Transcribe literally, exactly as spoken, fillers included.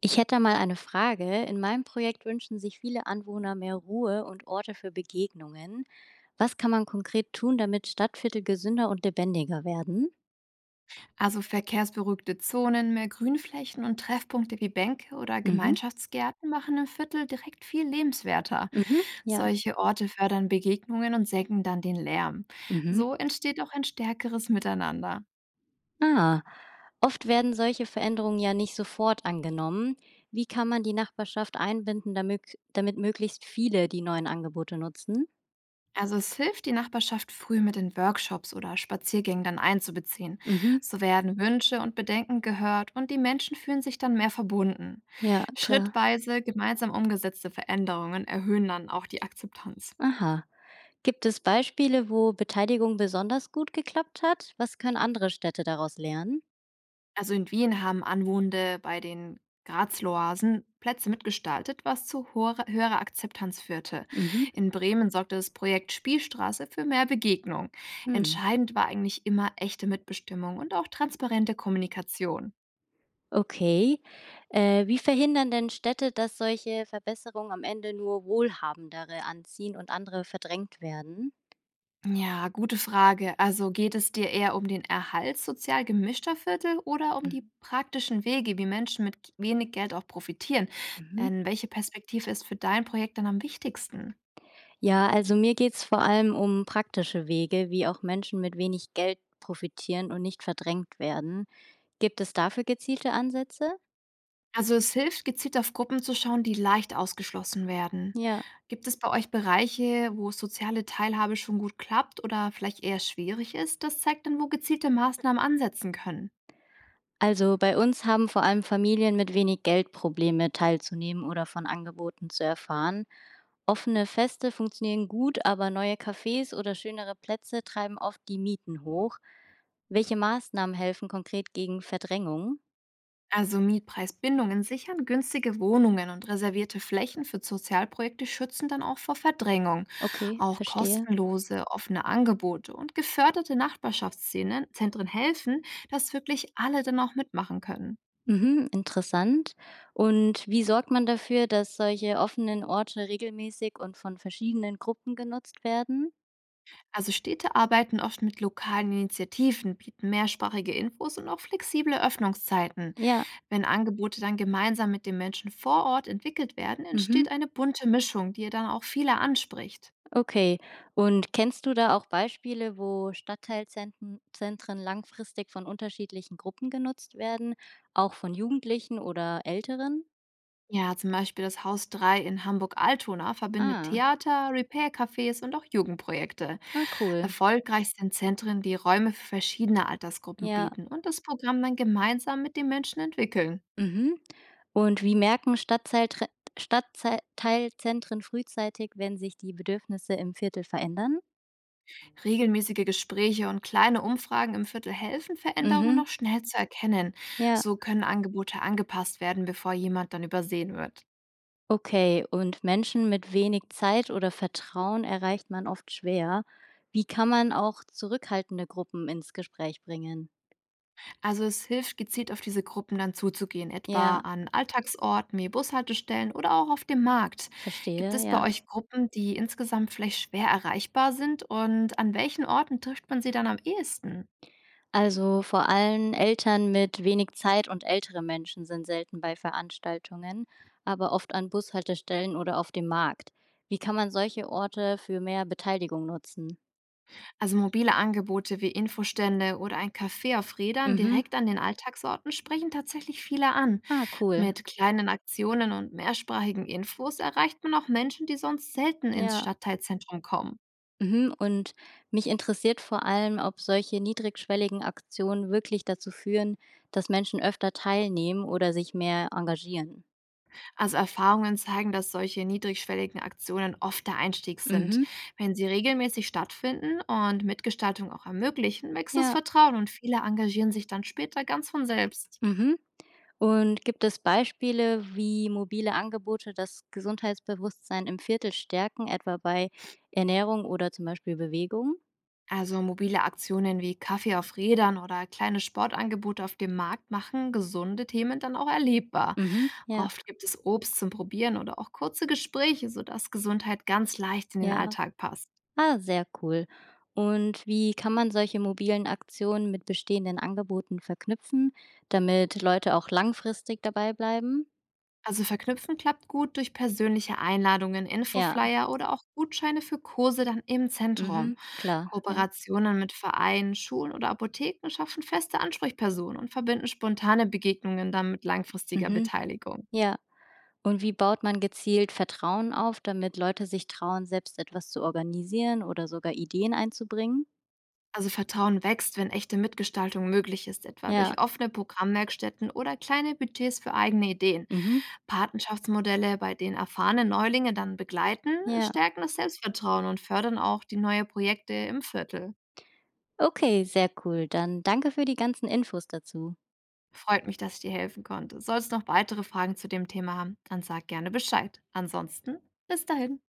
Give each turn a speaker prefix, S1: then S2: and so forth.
S1: Ich hätte mal eine Frage. In meinem Projekt wünschen sich viele Anwohner mehr Ruhe und Orte für Begegnungen. Was kann man konkret tun, damit Stadtviertel gesünder und lebendiger werden?
S2: Also verkehrsberuhigte Zonen, mehr Grünflächen und Treffpunkte wie Bänke oder
S1: Mhm,
S2: Gemeinschaftsgärten machen im Viertel direkt viel lebenswerter.
S1: mhm, ja,
S2: Solche Orte fördern Begegnungen und senken dann den Lärm.
S1: mhm.
S2: So entsteht auch ein stärkeres Miteinander.
S1: Ah, oft werden solche Veränderungen ja nicht sofort angenommen. Wie kann man die Nachbarschaft einbinden, damit, damit möglichst viele die neuen Angebote nutzen?
S2: Also es hilft, die Nachbarschaft früh mit den Workshops oder Spaziergängen dann einzubeziehen.
S1: Mhm,
S2: So werden Wünsche und Bedenken gehört und die Menschen fühlen sich dann mehr verbunden.
S1: ja, klar.
S2: Schrittweise gemeinsam umgesetzte Veränderungen erhöhen dann auch die Akzeptanz.
S1: Aha. Gibt es Beispiele, wo Beteiligung besonders gut geklappt hat? Was können andere Städte daraus lernen?
S2: Also in Wien haben Anwohnende bei den Grazloasen Plätze mitgestaltet, was zu hoher- höherer Akzeptanz führte.
S1: Mhm.
S2: In Bremen sorgte das Projekt Spielstraße für mehr Begegnung.
S1: Hm.
S2: Entscheidend war eigentlich immer echte Mitbestimmung und auch transparente Kommunikation.
S1: Okay. Äh, wie verhindern denn Städte, dass solche Verbesserungen am Ende nur Wohlhabendere anziehen und andere verdrängt werden?
S2: Ja, gute Frage. Also geht es dir eher um den Erhalt sozial gemischter Viertel oder um die
S1: Mhm.
S2: praktischen Wege, wie Menschen mit wenig Geld auch profitieren?
S1: Mhm.
S2: Denn welche Perspektive ist für dein Projekt dann am wichtigsten?
S1: Ja, also mir geht's vor allem um praktische Wege, wie auch Menschen mit wenig Geld profitieren und nicht verdrängt werden. Gibt es dafür gezielte Ansätze?
S2: Also es hilft, gezielt auf Gruppen zu schauen, die leicht ausgeschlossen werden.
S1: Ja.
S2: Gibt es bei euch Bereiche, wo soziale Teilhabe schon gut klappt oder vielleicht eher schwierig ist? Das zeigt dann, wo gezielte Maßnahmen ansetzen können.
S1: Also bei uns haben vor allem Familien mit wenig Geld Probleme, teilzunehmen oder von Angeboten zu erfahren. Offene Feste funktionieren gut, aber neue Cafés oder schönere Plätze treiben oft die Mieten hoch. Welche Maßnahmen helfen konkret gegen Verdrängung?
S2: Also Mietpreisbindungen sichern, günstige Wohnungen und reservierte Flächen für Sozialprojekte schützen dann auch vor Verdrängung.
S1: Okay,
S2: Auch
S1: verstehe.
S2: kostenlose, offene Angebote und geförderte Nachbarschaftsszenen Zentren helfen, dass wirklich alle dann auch mitmachen können.
S1: Mhm, interessant. Und wie sorgt man dafür, dass solche offenen Orte regelmäßig und von verschiedenen Gruppen genutzt werden?
S2: Also Städte arbeiten oft mit lokalen Initiativen, bieten mehrsprachige Infos und auch flexible Öffnungszeiten.
S1: Ja.
S2: Wenn Angebote dann gemeinsam mit den Menschen vor Ort entwickelt werden,
S1: Mhm.
S2: entsteht eine bunte Mischung, die dann auch viele anspricht.
S1: Okay. Und kennst du da auch Beispiele, wo Stadtteilzentren Zentren langfristig von unterschiedlichen Gruppen genutzt werden, auch von Jugendlichen oder Älteren?
S2: Ja, zum Beispiel das Haus drei in Hamburg-Altona verbindet
S1: Ah,
S2: Theater, Repair-Cafés und auch Jugendprojekte.
S1: ah, cool.
S2: Erfolgreich sind Zentren, die Räume für verschiedene Altersgruppen
S1: Ja.
S2: bieten und das Programm dann gemeinsam mit den Menschen entwickeln.
S1: Mhm. Und wie merken Stadtteiltre- Stadtteilzentren frühzeitig, wenn sich die Bedürfnisse im Viertel verändern?
S2: Regelmäßige Gespräche und kleine Umfragen im Viertel helfen, Veränderungen
S1: Mhm.
S2: noch schnell zu erkennen.
S1: Ja.
S2: So können Angebote angepasst werden, bevor jemand dann übersehen wird.
S1: Okay, und Menschen mit wenig Zeit oder Vertrauen erreicht man oft schwer. Wie kann man auch zurückhaltende Gruppen ins Gespräch bringen?
S2: Also es hilft, gezielt auf diese Gruppen dann zuzugehen, etwa
S1: Ja,
S2: an Alltagsorten wie Bushaltestellen oder auch auf dem Markt. Gibt
S1: verstehe,
S2: es bei
S1: ja.
S2: euch Gruppen, die insgesamt vielleicht schwer erreichbar sind und an welchen Orten trifft man sie dann am ehesten?
S1: Also vor allem Eltern mit wenig Zeit und ältere Menschen sind selten bei Veranstaltungen, aber oft an Bushaltestellen oder auf dem Markt. Wie kann man solche Orte für mehr Beteiligung nutzen?
S2: Also mobile Angebote wie Infostände oder ein Café auf Rädern
S1: Mhm.
S2: direkt an den Alltagsorten sprechen tatsächlich viele an.
S1: Ah, cool.
S2: Mit kleinen Aktionen und mehrsprachigen Infos erreicht man auch Menschen, die sonst selten ins
S1: Ja.
S2: Stadtteilzentrum kommen.
S1: Mhm, und mich interessiert vor allem, ob solche niedrigschwelligen Aktionen wirklich dazu führen, dass Menschen öfter teilnehmen oder sich mehr engagieren.
S2: Also Erfahrungen zeigen, dass solche niedrigschwelligen Aktionen oft der Einstieg sind.
S1: Mhm,
S2: Wenn sie regelmäßig stattfinden und Mitgestaltung auch ermöglichen, wächst das
S1: ja.
S2: Vertrauen und viele engagieren sich dann später ganz von selbst.
S1: Mhm. Und gibt es Beispiele, wie mobile Angebote das Gesundheitsbewusstsein im Viertel stärken, etwa bei Ernährung oder zum Beispiel Bewegung?
S2: Also mobile Aktionen wie Kaffee auf Rädern oder kleine Sportangebote auf dem Markt machen gesunde Themen dann auch erlebbar.
S1: Mhm, ja,
S2: Oft gibt es Obst zum Probieren oder auch kurze Gespräche, sodass Gesundheit ganz leicht in den
S1: ja.
S2: Alltag passt.
S1: Ah, sehr cool. Und wie kann man solche mobilen Aktionen mit bestehenden Angeboten verknüpfen, damit Leute auch langfristig dabei bleiben?
S2: Also verknüpfen klappt gut durch persönliche Einladungen,
S1: Ja,
S2: Infoflyer oder auch Gutscheine für Kurse dann im Zentrum.
S1: mhm, klar, ja.
S2: Kooperationen mit Vereinen, Schulen oder Apotheken schaffen feste Ansprechpersonen und verbinden spontane Begegnungen dann mit langfristiger
S1: Mhm,
S2: Beteiligung.
S1: ja. Und wie baut man gezielt Vertrauen auf, damit Leute sich trauen, selbst etwas zu organisieren oder sogar Ideen einzubringen?
S2: Also Vertrauen wächst, wenn echte Mitgestaltung möglich ist, etwa
S1: Ja,
S2: durch offene Programmwerkstätten oder kleine Budgets für eigene Ideen.
S1: mhm,
S2: Patenschaftsmodelle, bei denen erfahrene Neulinge dann begleiten,
S1: ja.
S2: stärken das Selbstvertrauen und fördern auch die neuen Projekte im Viertel.
S1: Okay, sehr cool. Dann danke für die ganzen Infos dazu.
S2: Freut mich, dass ich dir helfen konnte. Sollst du noch weitere Fragen zu dem Thema haben, dann sag gerne Bescheid. Ansonsten, bis dahin.